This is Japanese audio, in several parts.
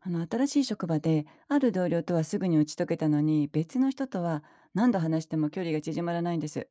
あの、新しい職場である同僚とはすぐに打ち解けたのに、別の人とは何度話しても距離が縮まらないんです。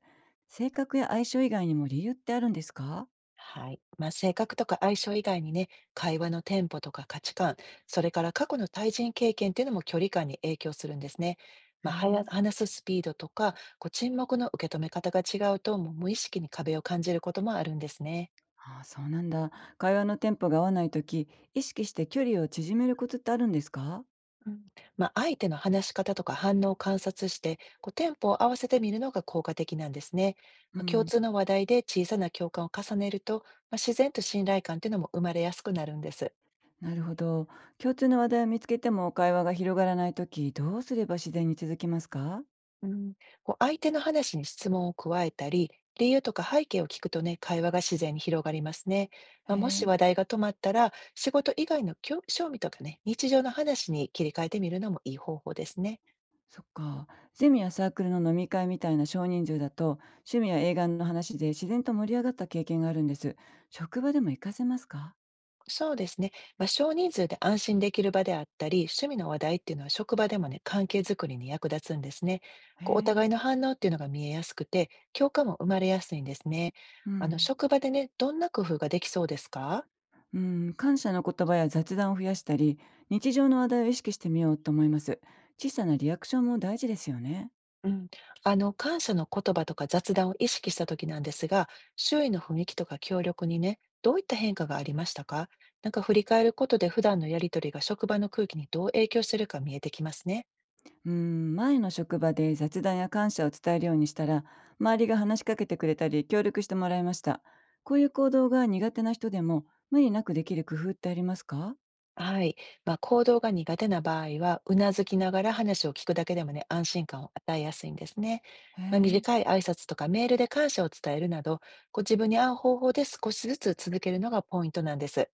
性格や相性以外にも理由ってあるんですか？はい。性格とか相性以外にね、会話のテンポとか価値観、それから過去の対人経験っていうのも距離感に影響するんですね。へはやえ。話すスピードとか、沈黙の受け止め方が違うと、もう無意識に壁を感じることもあるんですね。ああ、そうなんだ。会話のテンポが合わないとき、意識して距離を縮めるコツってあるんですか？うん、相手の話し方とか反応を観察して、テンポを合わせてみるのが効果的なんですね。う共ん。通の話題で小さな共感を重ねると、自然と信頼感っていうのも生まれやすくなるんです。なるほど。共通の話題を見つけても会話が広がらないとき、どうすれば自然に続きますか？うん、相手の話に質問を加えたり、理由とか背景を聞くとね、会話が自然に広がりますね。へもしえ。話題が止まったら、仕事以外の興趣味とかね、日常の話に切り替えてみるのもいい方法ですね。そっか。ゼミやサークルの飲み会みたいな少人数だと、趣味や映画の話で自然と盛り上がった経験があるんです。職場でも活かせますか？そうですね。少人数で安心できる場であったり、趣味の話題っていうのは職場でもね、関係づくりに役立つんですね。へおえ。互いの反応っていうのが見えやすくて、共感も生まれやすいんですね。うん。職場でね、どんな工夫ができそうですか？うん。感謝の言葉や雑談を増やしたり、日常の話題を意識してみようと思います。小さなリアクションも大事ですよね。うん、感謝の言葉とか雑談を意識した時なんですが、周囲の雰囲気とか協力にね、どういった変化がありましたか？なんか振り返ることで普段のやりとりが職場の空気にどう影響してるか見えてきますね。うん。前の職場で雑談や感謝を伝えるようにしたら、周りが話しかけてくれたり、協力してもらいました。こういう行動が苦手な人でも、無理なくできる工夫ってありますか？はい。行動が苦手な場合は、うなずきながら話を聞くだけでもね、安心感を与えやすいんですね。へえ。短い挨拶とかメールで感謝を伝えるなど、自分に合う方法で少しずつ続けるのがポイントなんです。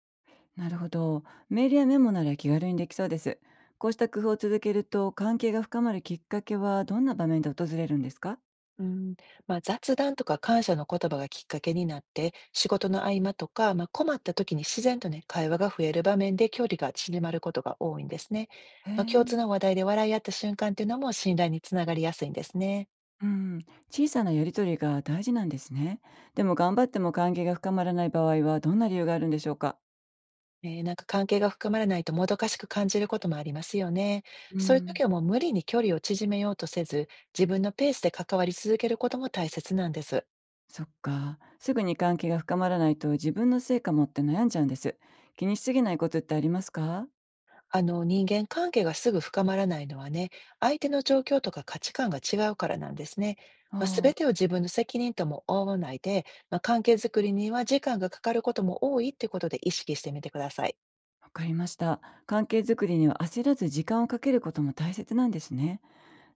なるほど。メールやメモなら気軽にできそうです。こうした工夫を続けると関係が深まるきっかけはどんな場面で訪れるんですか？うん、雑談とか感謝の言葉がきっかけになって、仕事の合間とか、困った時に自然とね、会話が増える場面で距離が縮まることが多いんですね。へ共通え。の話題で笑い合った瞬間っていうのも信頼につながりやすいんですね。うん。小さなやりとりが大事なんですね。でも頑張っても関係が深まらない場合はどんな理由があるんでしょうか？なんか関係が深まらないともどかしく感じることもありますよね。うそういうん。時はもう無理に距離を縮めようとせず、自分のペースで関わり続けることも大切なんです。そっか。すぐに関係が深まらないと自分のせいかもって悩んじゃうんです。気にしすぎないことってありますか？あの、人間関係がすぐ深まらないのはね、相手の状況とか価値観が違うからなんですね。ああ、全てを自分の責任とも思わないで、関係づくりには時間がかかることも多いってことで意識してみてください。わかりました。関係づくりには焦らず時間をかけることも大切なんですね。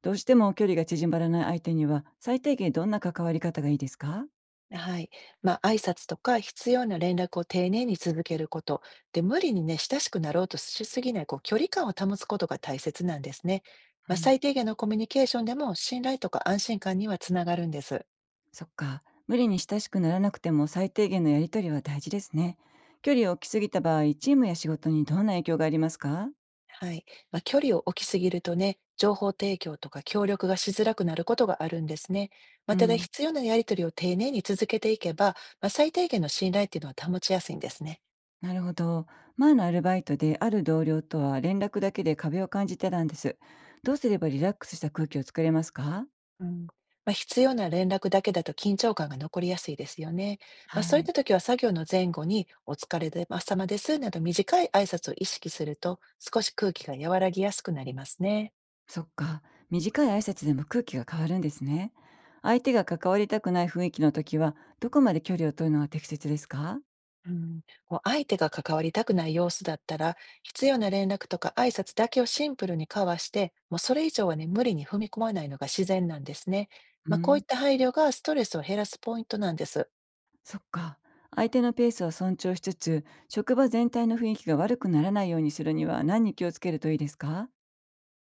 どうしても距離が縮まらない相手には、最低限どんな関わり方がいいですか？はい。挨拶とか必要な連絡を丁寧に続けること。で、無理にね、親しくなろうとしすぎない、距離感を保つことが大切なんですね。うん、最低限のコミュニケーションでも信頼とか安心感にはつながるんです。そっか。無理に親しくならなくても最低限のやりとりは大事ですね。距離を置きすぎた場合、チームや仕事にどんな影響がありますか？はい。距離を置きすぎるとね、情報提供とか協力がしづらくなることがあるんですね。うただん、必要なやり取りを丁寧に続けていけば、最低限の信頼っていうのは保ちやすいんですね。なるほど。前のアルバイトである同僚とは連絡だけで壁を感じてたんです。どうすればリラックスした空気を作れますか？うん。必要な連絡だけだと緊張感が残りやすいですよね。そうはいっい。た時は作業の前後にお疲れで様ですなど短い挨拶を意識すると少し空気が和らぎやすくなりますね。そっか。短い挨拶でも空気が変わるんですね。相手が関わりたくない雰囲気の時は、どこまで距離を取るのが適切ですか？うん、相手が関わりたくない様子だったら、必要な連絡とか挨拶だけをシンプルに交わして、もうそれ以上はね、無理に踏み込まないのが自然なんですね。うこういん、った配慮がストレスを減らすポイントなんです。そっか。相手のペースを尊重しつつ、職場全体の雰囲気が悪くならないようにするには何に気をつけるといいですか？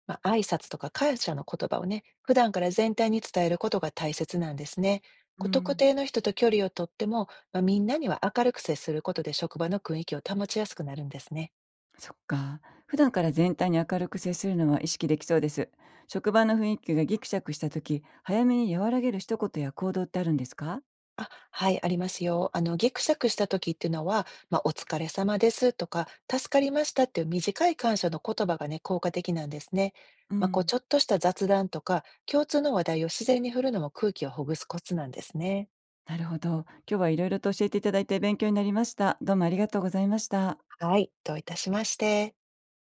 挨拶とか感謝の言葉をね、普段から全体に伝えることが大切なんですね。う特ん、定の人と距離をとっても、みんなには明るく接することで職場の雰囲気を保ちやすくなるんですね。そっか。普段から全体に明るく接するのは意識できそうです。職場の雰囲気がギクシャクした時、早めに和らげる一言や行動ってあるんですか？あ、はい、ありますよ。ぎくしした時っていうのは、お疲れ様ですとか、助かりましたっていう短い感謝の言葉がね、効果的なんですね。うん。ちょっとした雑談とか、共通の話題を自然に振るのも空気をほぐすコツなんですね。なるほど。今日はいろいろと教えていただいて勉強になりました。どうもありがとうございました。はい、どういたしまして。